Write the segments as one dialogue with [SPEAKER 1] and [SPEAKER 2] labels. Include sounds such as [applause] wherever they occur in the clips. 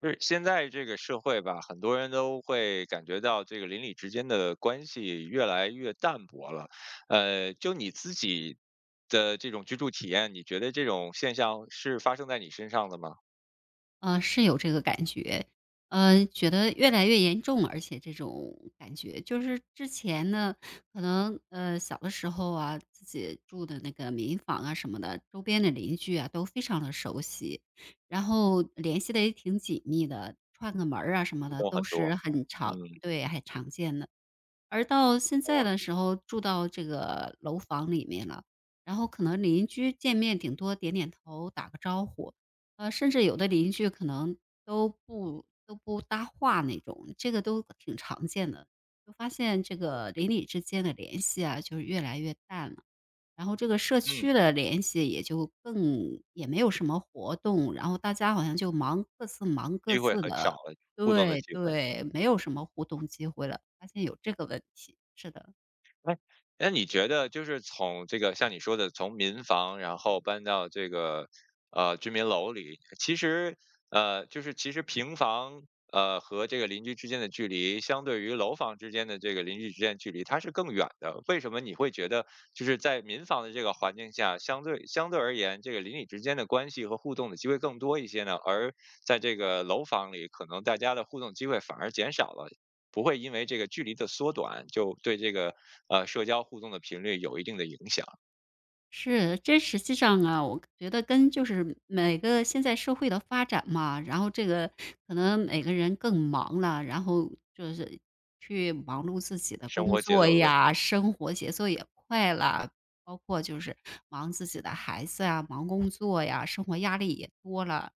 [SPEAKER 1] 就是现在这个社会吧，很多人都会感觉到这个邻里之间的关系越来越淡薄了。就你自己的这种居住体验，你觉得这种现象是发生在你身上的吗？
[SPEAKER 2] 是有这个感觉，觉得越来越严重，而且这种感觉就是之前呢，可能小的时候啊，自己住的那个民房啊什么的，周边的邻居啊都非常的熟悉，然后联系的也挺紧密的，串个门儿啊什么
[SPEAKER 1] 互
[SPEAKER 2] 的
[SPEAKER 1] 动很
[SPEAKER 2] 都是
[SPEAKER 1] 多。
[SPEAKER 2] 很
[SPEAKER 1] 嗯。
[SPEAKER 2] 常对，很常见的。而到现
[SPEAKER 1] 哦。
[SPEAKER 2] 在的时候住到这个楼房里面了，然后可能邻居见面顶多点点头、打个招呼，甚至有的邻居可能都不搭话那种，这个都挺常见的。就发现这个邻里之间的联系啊，就是越来越淡了。然后这个社
[SPEAKER 1] 嗯。
[SPEAKER 2] 区的联系也就更也没有什么活动，然后大家好像就忙各自忙各
[SPEAKER 1] 机会
[SPEAKER 2] 自
[SPEAKER 1] 很少
[SPEAKER 2] 的。
[SPEAKER 1] 了。互动的
[SPEAKER 2] 对
[SPEAKER 1] 机会。
[SPEAKER 2] 对，没有什么互动机会了，发现有这个问题，是的。
[SPEAKER 1] 哎，那你觉得就是从这个像你说的，从民房然后搬到这个居民楼里，其实就是其实平房和这个邻居之间的距离，相对于楼房之间的这个邻居之间的距离，它是更远的。为什么你会觉得就是在民房的这个环境下，相对而言，这个邻里之间的关系和互动的机会更多一些呢？而在这个楼房里，可能大家的互动机会反而减少了。不会因为这个距离的缩短，就对这个，社交互动的频率有一定的影响。
[SPEAKER 2] 是，这实际上啊，我觉得跟就是每个现在社会的发展嘛，然后这个可能每个人更忙了，然后就是去忙碌自己的
[SPEAKER 1] 生
[SPEAKER 2] 工
[SPEAKER 1] 活节
[SPEAKER 2] 作
[SPEAKER 1] 奏的问题。
[SPEAKER 2] 呀，生活节奏也快了，包括就是忙自己的孩子啊，忙工作呀，生活压力也多了，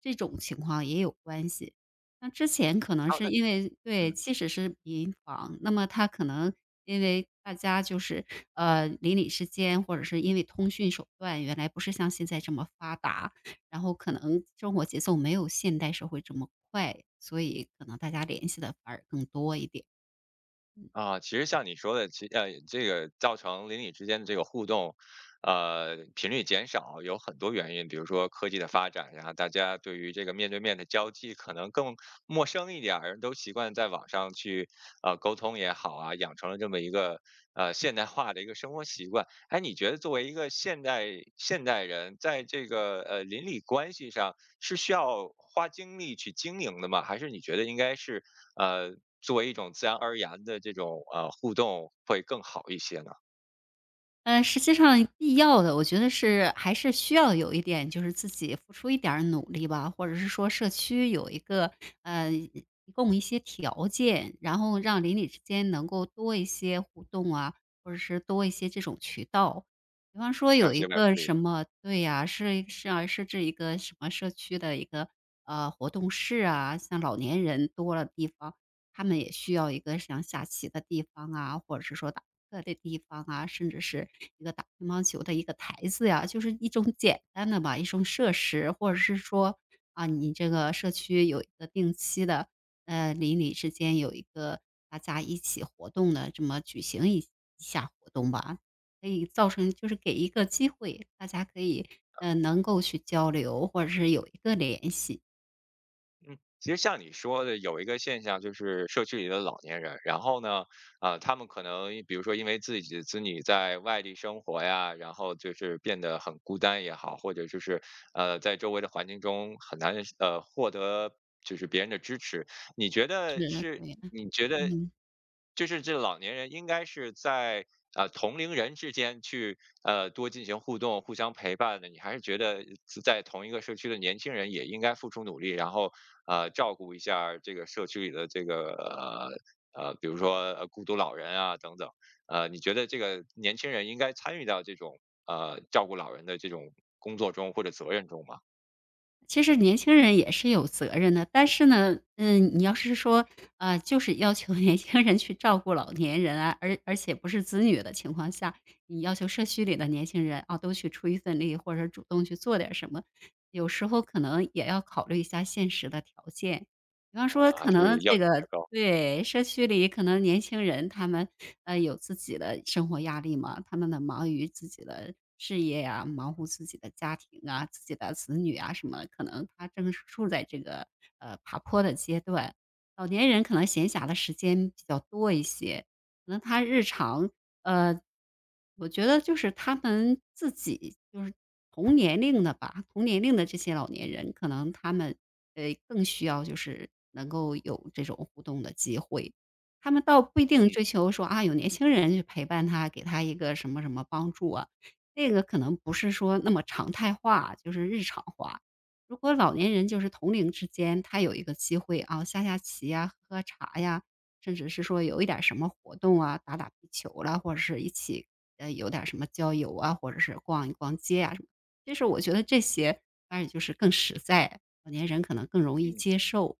[SPEAKER 2] 这种情况也有关系。那之前可能
[SPEAKER 1] 好，
[SPEAKER 2] 是
[SPEAKER 1] 那。
[SPEAKER 2] 因为对，
[SPEAKER 1] 嗯。
[SPEAKER 2] 即使是民房，那么它可能因为大家就是，邻里之间或者是因为通讯手段原来不是像现在这么发达，然后可能生活节奏没有现代社会这么快，所以可能大家联系的反而更多一点。
[SPEAKER 1] 啊，其实像你说的，这个造成邻里之间的这个互动，频率减少有很多原因，比如说科技的发展，然后大家对于这个面对面的交际可能更陌生一点儿，都习惯在网上去沟通也好啊，养成了这么一个现代化的一个生活习惯。哎，你觉得作为一个现代人，在这个邻里关系上是需要花精力去经营的吗？还是你觉得应该是作为一种自然而然的这种，互动会更好一些呢？
[SPEAKER 2] 实际上必要的，我觉得是还是需要有一点，就是自己付出一点儿努力吧，或者是说社区有一个提供一些条件，然后让邻里之间能够多一些互动啊，或者是多一些这种渠道。比方说
[SPEAKER 1] 需要
[SPEAKER 2] 有
[SPEAKER 1] 一
[SPEAKER 2] 一
[SPEAKER 1] 些外部
[SPEAKER 2] 个
[SPEAKER 1] 力
[SPEAKER 2] 什
[SPEAKER 1] 量。
[SPEAKER 2] 么，对呀、是要设置一个什么社区的一个活动室啊，像老年人多了地方，他们也需要一个像下棋的地方啊，或者是说打各的地方啊，甚至是一个打乒乓球的一个台子呀，就是一种简单的吧，一种设施，或者是说啊，你这个社区有一个定期的，邻里之间有一个大家一起活动的这么举行一下活动吧，可以造成就是给一个机会，大家可以能够去交流，或者是有一个联系，
[SPEAKER 1] 嗯，其实像你说的，有一个现象就是社区里的老年人，然后呢，啊、他们可能比如说因为自己的子女在外地生活呀，然后就是变得很孤单也好，或者就是在周围的环境中很难获得就是别人的支持。你觉得
[SPEAKER 2] 是
[SPEAKER 1] 是？
[SPEAKER 2] 对，
[SPEAKER 1] 你觉得
[SPEAKER 2] 嗯。
[SPEAKER 1] 就是这老年人应该是在同龄人之间去多进行互动、互相陪伴的。你还是觉得在同一个社区的年轻人也应该付出努力，然后照顾一下儿这个社区里的这个比如说孤独老人啊等等，你觉得这个年轻人应该参与到这种照顾老人的这种工作中或者责任中吗？
[SPEAKER 2] 其实年轻人也是有责任的，但是呢，嗯，你要是说，就是要求 [laughs] 年轻人去照顾老年人啊，而且不是子女的情况下，你要求社区里的年轻人啊都去出一份力，或者主动去做点什么，有时候可能也要考虑一下现实的条件。比方说，
[SPEAKER 1] 还
[SPEAKER 2] 可能
[SPEAKER 1] 是要
[SPEAKER 2] 这
[SPEAKER 1] 求太
[SPEAKER 2] 个
[SPEAKER 1] 高？
[SPEAKER 2] 对，社区里可能年轻人他们，有自己的生活压力嘛，他们的忙于自己的事业呀，忙乎自己的家庭啊、自己的子女啊什么的，可能他正是处在这个，爬坡的阶段。老年人可能闲暇的时间比较多一些，可能他日常，呃，我觉得就是他们自己就是同年龄的吧，同年龄的这些老年人，可能他们更需要就是能够有这种互动的机会。他们倒不一定追
[SPEAKER 1] 嗯。
[SPEAKER 2] 求说啊，有年轻人去陪伴他，给他一个什么什么帮助啊，这个可能不是说那么常态化，就是日常化。如果老年人就是同龄之间，他有一个机会啊，下下棋呀、喝喝茶呀，甚至是说有一点儿什么活动啊，打打壁球啦，或者是一起有点儿什么郊游啊，或者是逛一逛街啊什么，就是我觉得这些反而就是更实在，老年人可能更容易
[SPEAKER 1] 嗯。
[SPEAKER 2] 接受，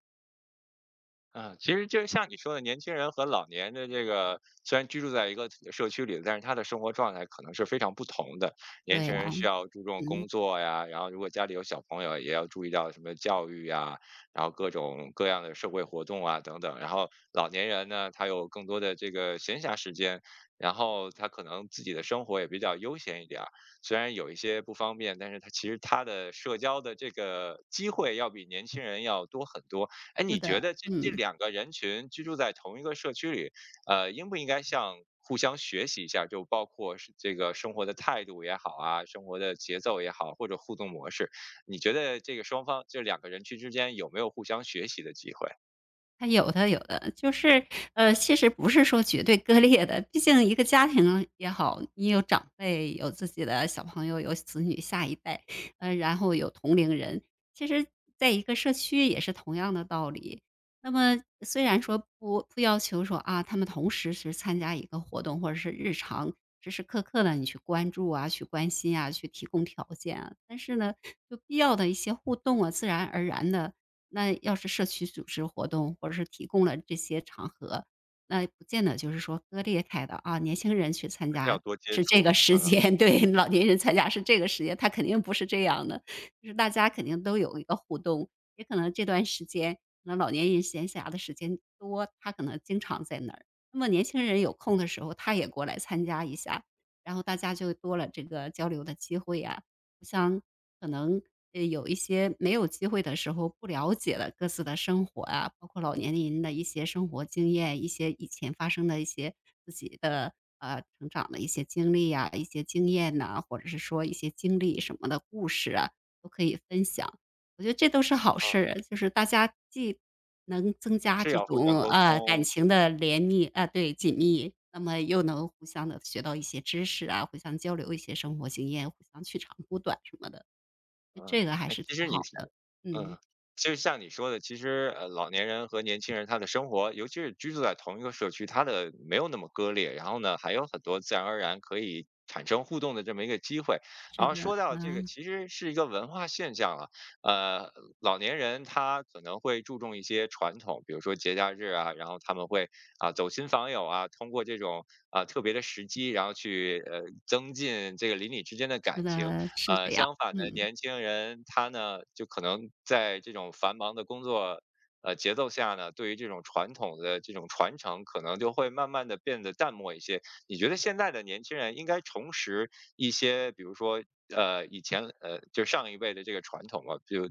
[SPEAKER 1] 嗯，其实就像你说的，年轻人和老年的这个虽然居住在一个社区里，但是他的生活状态可能是非常不同的。年
[SPEAKER 2] 对
[SPEAKER 1] 轻
[SPEAKER 2] 呀，
[SPEAKER 1] 人需要注重
[SPEAKER 2] 嗯，
[SPEAKER 1] 工作呀，然后如果家里有小朋友，也要注意到什么教育呀，然后各种各样的社会活动啊等等。然后老年人呢，他有更多的这个闲暇时间，然后他可能自己的生活也比较悠闲一点儿，虽然有一些不方便，但是他其实他的社交的这个机会要比年轻人要多很多。哎，
[SPEAKER 2] 是
[SPEAKER 1] 你觉
[SPEAKER 2] 的，
[SPEAKER 1] 得这
[SPEAKER 2] 嗯。
[SPEAKER 1] 两个人群居住在同一个社区里，应不应该像互相学习一下？就包括是这个生活的态度也好啊，生活的节奏也好，或者互动模式，你觉得这个双方这两个人群之间有没有互相学习的机会？
[SPEAKER 2] 它有的有的，就是，其实不是说绝对割裂的，毕竟一个家庭也好，你有长辈，有自己的小朋友，有子女下一代，然后有同龄人，其实在一个社区也是同样的道理。那么虽然说不要求说，啊，他们同时是参加一个活动，或者是日常时时刻刻的你去关注啊、去关心啊、去提供条件啊，但是呢，就必要的一些互动啊，自然而然的。那要是社区组织活动，或者是提供了这些场合，那不见得就是说割裂开的啊，年轻人去参
[SPEAKER 1] 还是要
[SPEAKER 2] 加
[SPEAKER 1] 多接
[SPEAKER 2] 是这
[SPEAKER 1] 触。
[SPEAKER 2] 个时
[SPEAKER 1] 嗯。
[SPEAKER 2] 间，[laughs] 对，老年人参加是这个时间，他肯定不是这样的。就是大家肯定都有一个互动，也可能这段时间，那老年人闲暇的时间多，他可能经常在那儿。那么年轻人有空的时候，他也过来参加一下，然后大家就多了这个交流的机会呀、像。可能有一些没有机会的时候不了解了各自的生活啊，包括老年人的一些生活经验，一些以前发生的一些自己的成长的一些经历呀、一些经验呐、或者是说一些经历什么的故事啊，都可以分享。我觉得这都是好事
[SPEAKER 1] 嗯，
[SPEAKER 2] 儿，就是大家既能增加
[SPEAKER 1] 是
[SPEAKER 2] 这
[SPEAKER 1] 要互相
[SPEAKER 2] 种
[SPEAKER 1] 沟
[SPEAKER 2] 感
[SPEAKER 1] 通。
[SPEAKER 2] 情的联密啊、对紧密，那么又能互相的学到一些知识啊，互相交流一些生活经验，互相取长补短什么的。
[SPEAKER 1] 嗯。
[SPEAKER 2] 这个还
[SPEAKER 1] 哎，
[SPEAKER 2] 是挺
[SPEAKER 1] 其实你
[SPEAKER 2] 好
[SPEAKER 1] 是。
[SPEAKER 2] 的，嗯，
[SPEAKER 1] 嗯，就像你说的，其实老年人和年轻人他的生活，尤其是居住在同一个社区，他的没有那么割裂，然后呢，还有很多自然而然可以产生互动的这么一个机会。
[SPEAKER 2] 是
[SPEAKER 1] 然后
[SPEAKER 2] 的，
[SPEAKER 1] 说到这个，
[SPEAKER 2] 啊，
[SPEAKER 1] 其实是一个文化现象了。呃，老年人他可能会注重一些传统，比如说节假日啊，然后他们会啊、走亲访友啊，通过这种啊、特别的时机，然后去增进这个邻里之间的
[SPEAKER 2] 是
[SPEAKER 1] 感情。
[SPEAKER 2] 的，是这样，
[SPEAKER 1] 相反的，
[SPEAKER 2] 嗯，
[SPEAKER 1] 年轻人他呢，就可能在这种繁忙的工作节奏下呢，对于这种传统的这种传承，可能就会慢慢的变得淡漠一些。你觉得现在的年轻人应该重拾一些，比如说以前就上一辈的这个传统嘛，就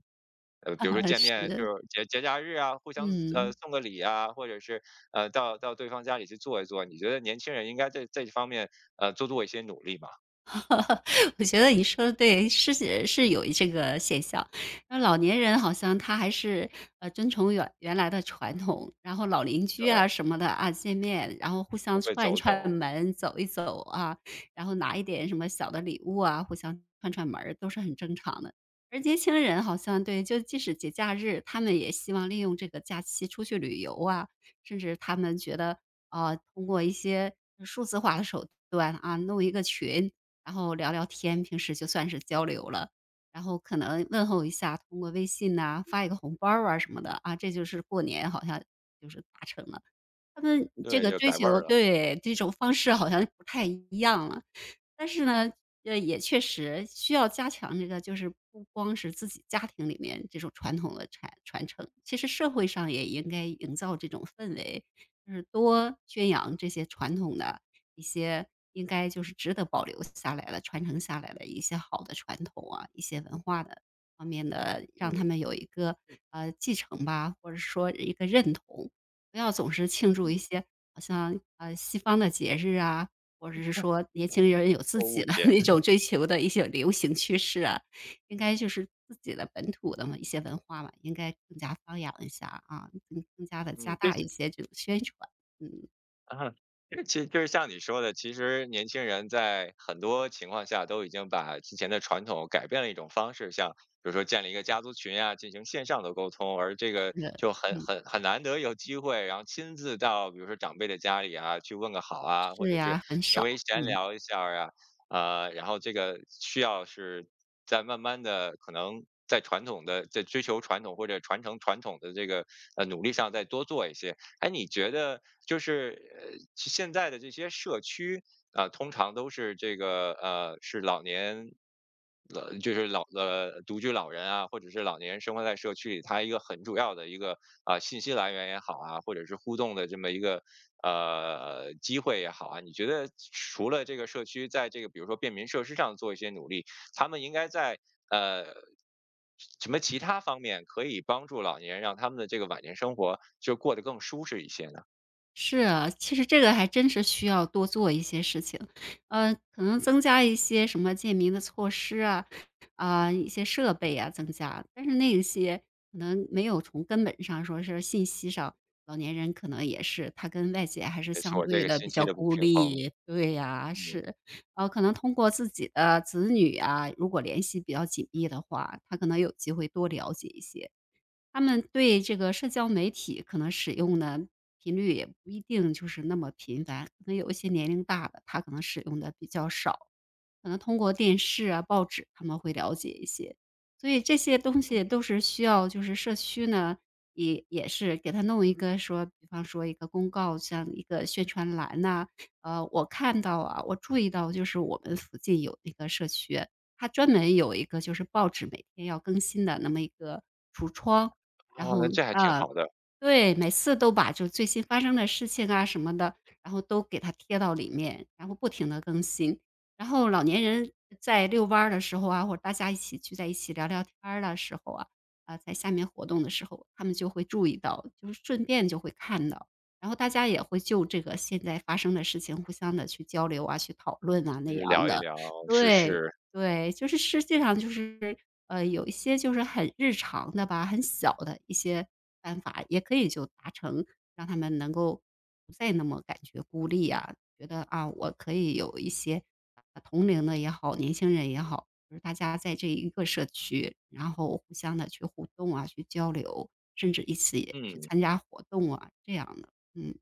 [SPEAKER 1] 比如说
[SPEAKER 2] [laughs]
[SPEAKER 1] 见面就
[SPEAKER 2] 是，
[SPEAKER 1] 是节假日啊，互相
[SPEAKER 2] 嗯。
[SPEAKER 1] 送个礼啊，或者是到对方家里去坐一坐。你觉得年轻人应该在这方面多做一些努力嘛？
[SPEAKER 2] [laughs] 我觉得你说的对，是有这个现象。那老年人好像他还是，遵从原来的传统，然后老邻居
[SPEAKER 1] 对，
[SPEAKER 2] 啊什么的啊，见面，然后互
[SPEAKER 1] 不
[SPEAKER 2] 相
[SPEAKER 1] 会
[SPEAKER 2] 串一
[SPEAKER 1] 走
[SPEAKER 2] 串
[SPEAKER 1] 走。
[SPEAKER 2] 门，走一走啊，然后拿一点什么小的礼物啊，互相串串门儿，都是很正常的。而年轻人好像对，就即使节假日，他们也希望利用这个假期出去旅游啊，甚至他们觉得，啊，通过一些数字化的手段啊，弄一个群，然后聊聊天，平时就算是交流了。然后可能问候一下，通过微信呐、发一个红包儿啊什么的，啊，这就是过年好像就是达成了。他们这
[SPEAKER 1] 对，
[SPEAKER 2] 个
[SPEAKER 1] 就
[SPEAKER 2] 追
[SPEAKER 1] 改味
[SPEAKER 2] 求
[SPEAKER 1] 儿了。
[SPEAKER 2] 对，这种方式好像不太一样了。但是呢，也确实需要加强这个，就是不光是自己家庭里面这种传统的传承，其实社会上也应该营造这种氛围，就是多宣扬这些传统的一些应该就是值得保留下来的、传承下来的一些好的传统啊，一些文化的方面的，让他
[SPEAKER 1] 嗯。
[SPEAKER 2] 们有一个继承吧，或者说一个认同，不要总是庆祝
[SPEAKER 1] 嗯。
[SPEAKER 2] 一些好像西方的节日啊，或者是说年轻人有自
[SPEAKER 1] 受误
[SPEAKER 2] 己的 [laughs]
[SPEAKER 1] 解。
[SPEAKER 2] 那种追求的一些流行趋势啊，应该就是自己的本土的嘛一些文化嘛，应该更加发扬一下啊，更加的加
[SPEAKER 1] 嗯，这
[SPEAKER 2] 大
[SPEAKER 1] 是。
[SPEAKER 2] 一些这种宣传。嗯，
[SPEAKER 1] 啊，其实就是像你说的，其实年轻人在很多情况下都已经把之前的传统改变了一种方式，像比如说建立一个家族群啊，进行线上的沟通，而这个
[SPEAKER 2] 是的，
[SPEAKER 1] 就很
[SPEAKER 2] 嗯，
[SPEAKER 1] 很很难得有机会，然后亲自到比如说长辈的家里啊，去问个好啊，或
[SPEAKER 2] 是
[SPEAKER 1] 者是
[SPEAKER 2] 呀，很
[SPEAKER 1] 稍微
[SPEAKER 2] 少，
[SPEAKER 1] 闲
[SPEAKER 2] 嗯。
[SPEAKER 1] 聊一下儿啊，然后这个需要是在慢慢的可能。在传统的在追求传统或者传承传统的这个努力上再多做一些。哎，你觉得就是现在的这些社区啊、通常都是这个是老年老就是老呃独居老人啊，或者是老年人生活在社区里，他一个很主要的一个啊、信息来源也好啊，或者是互动的这么一个机会也好啊，你觉得除了这个社区在这个比如说便民设施上做一些努力，他们应该在呃什么其他方面可以帮助老年人，让他们的这个晚年生活就过得更舒适一些呢？
[SPEAKER 2] 是啊，其实这个还真是需要多做一些事情，可能增加一些什么便民的措施啊，啊、一些设备啊增加，但是那些可能没有从根本上说是信息上，老年人可能也是他跟外界还是
[SPEAKER 1] 没
[SPEAKER 2] 相
[SPEAKER 1] 错，这
[SPEAKER 2] 对
[SPEAKER 1] 个
[SPEAKER 2] 的
[SPEAKER 1] 信
[SPEAKER 2] 比
[SPEAKER 1] 息
[SPEAKER 2] 较
[SPEAKER 1] 的不
[SPEAKER 2] 孤
[SPEAKER 1] 平衡。
[SPEAKER 2] 立，对呀、
[SPEAKER 1] 嗯。
[SPEAKER 2] 是，可能通过自己的子女啊，如果联系比较紧密的话，他可能有机会多了解一些，他们对这个社交媒体可能使用的频率也不一定就是那么频繁，可能有一些年龄大的，他可能使用的比较少，可能通过电视啊、报纸他们会了解一些。所以这些东西都是需要就是社区呢，也是给他弄一个说，比方说一个公告，像一个宣传栏呐、我看到啊，我注意到就是我们附近有那个社区，它专门有一个就是报纸每天要更新的那么一个橱窗，然
[SPEAKER 1] 哦，那
[SPEAKER 2] 后
[SPEAKER 1] 这还挺
[SPEAKER 2] 啊，
[SPEAKER 1] 好的。
[SPEAKER 2] 对，每次都把就最新发生的事情啊什么的，然后都给它贴到里面，然后不停的更新。然后老年人在遛弯儿的时候啊，或者大家一起聚在一起聊聊天儿的时候啊，啊，在下面活动的时候，他们就会注意到，就是顺便就会看到。然后大家也会就这个现在发生的事情互相的去交流啊，去讨论啊
[SPEAKER 1] 就
[SPEAKER 2] 那
[SPEAKER 1] 是
[SPEAKER 2] 样
[SPEAKER 1] 聊一
[SPEAKER 2] 的。
[SPEAKER 1] 聊世
[SPEAKER 2] 对，
[SPEAKER 1] 事。
[SPEAKER 2] 对，就是实际上就是有一些就是很日常的吧，很小的一些办法，也可以就达成，让他们能够不再那么感觉孤立啊，觉得啊，我可以有一些同龄的也好，年轻人也好，就是大家在这一个社区，然后互相的去互动啊，去交流，甚至一起去
[SPEAKER 1] 嗯。
[SPEAKER 2] 参加活动啊，这样的，嗯。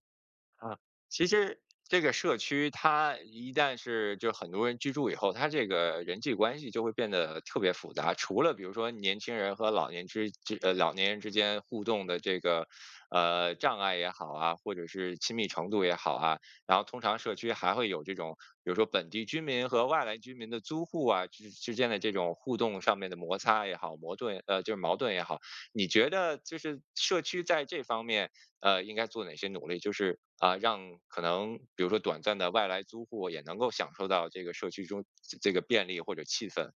[SPEAKER 1] 啊，其实这个社区它一旦是就很多人居住以后，它这个人际关系就会变得特别复杂。除了比如说年轻人和老年人之间互动的这个障碍也好啊，或者是亲密程度也好啊，然后通常社区还会有这种比如说本地居民和外来居民的租户啊之间的这种互动上面的摩擦也好，矛盾也好，你觉得就是社区在这方面？应该做哪些努力，就是啊、让可能比如说短暂的外来租户也能够享受到这个社区中这个便利或者气氛，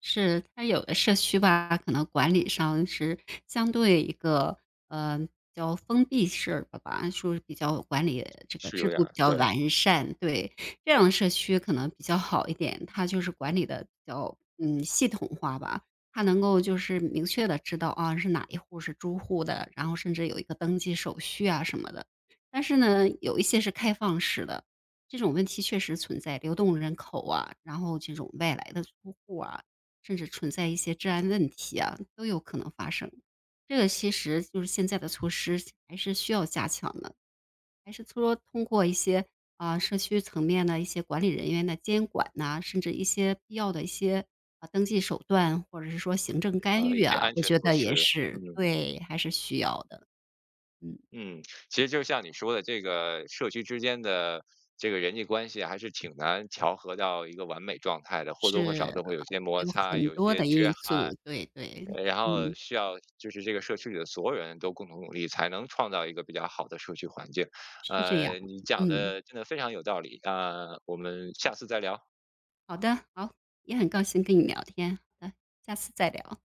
[SPEAKER 2] 是，它有的社区吧，可能管理上是相对一个，比较封闭式的吧，说是比较管理这个
[SPEAKER 1] 是有
[SPEAKER 2] 制
[SPEAKER 1] 点
[SPEAKER 2] 度
[SPEAKER 1] 儿
[SPEAKER 2] 比较
[SPEAKER 1] 对。
[SPEAKER 2] 完善，对。这样的社区可能比较好一点，它就是管理的比较，嗯，系统化吧。它能够就是明确的知道，啊，是哪一户是租户的，然后甚至有一个登记手续啊什么的。但是呢，有一些是开放式的，这种问题确实存在，流动人口啊，然后这种外来的租户啊，甚至存在一些治安问题啊，都有可能发生。这个其实就是现在的措施还是需要加强的，还是说通过一些啊、社区层面的一些管理人员的监管呐、甚至一些必要的一些啊登记手段，或者是说行政干
[SPEAKER 1] 一
[SPEAKER 2] 预
[SPEAKER 1] 些
[SPEAKER 2] 啊，
[SPEAKER 1] 安
[SPEAKER 2] 我
[SPEAKER 1] 全
[SPEAKER 2] 觉
[SPEAKER 1] 措
[SPEAKER 2] 得
[SPEAKER 1] 施。
[SPEAKER 2] 也是
[SPEAKER 1] 嗯。
[SPEAKER 2] 对，还是需要的。嗯，
[SPEAKER 1] 嗯，其实就像你说的，这个社区之间的这个人际关系还是挺难调和到一个完美状态的，或多或少
[SPEAKER 2] 是
[SPEAKER 1] 都会有些摩
[SPEAKER 2] 有
[SPEAKER 1] 擦，
[SPEAKER 2] 很
[SPEAKER 1] 有一
[SPEAKER 2] 多
[SPEAKER 1] 些
[SPEAKER 2] 的
[SPEAKER 1] 缺
[SPEAKER 2] 因
[SPEAKER 1] 憾，
[SPEAKER 2] 素，对对，
[SPEAKER 1] 然后
[SPEAKER 2] 嗯，
[SPEAKER 1] 需要就是这个社区里的所有人都共同努力，才能创造一个比较好的社区环境。
[SPEAKER 2] 是这样，
[SPEAKER 1] 你讲
[SPEAKER 2] 嗯，
[SPEAKER 1] 的真的非常有道理啊，我们下次再聊。
[SPEAKER 2] 好的，好，也很高兴跟你聊天，好的，下次再聊。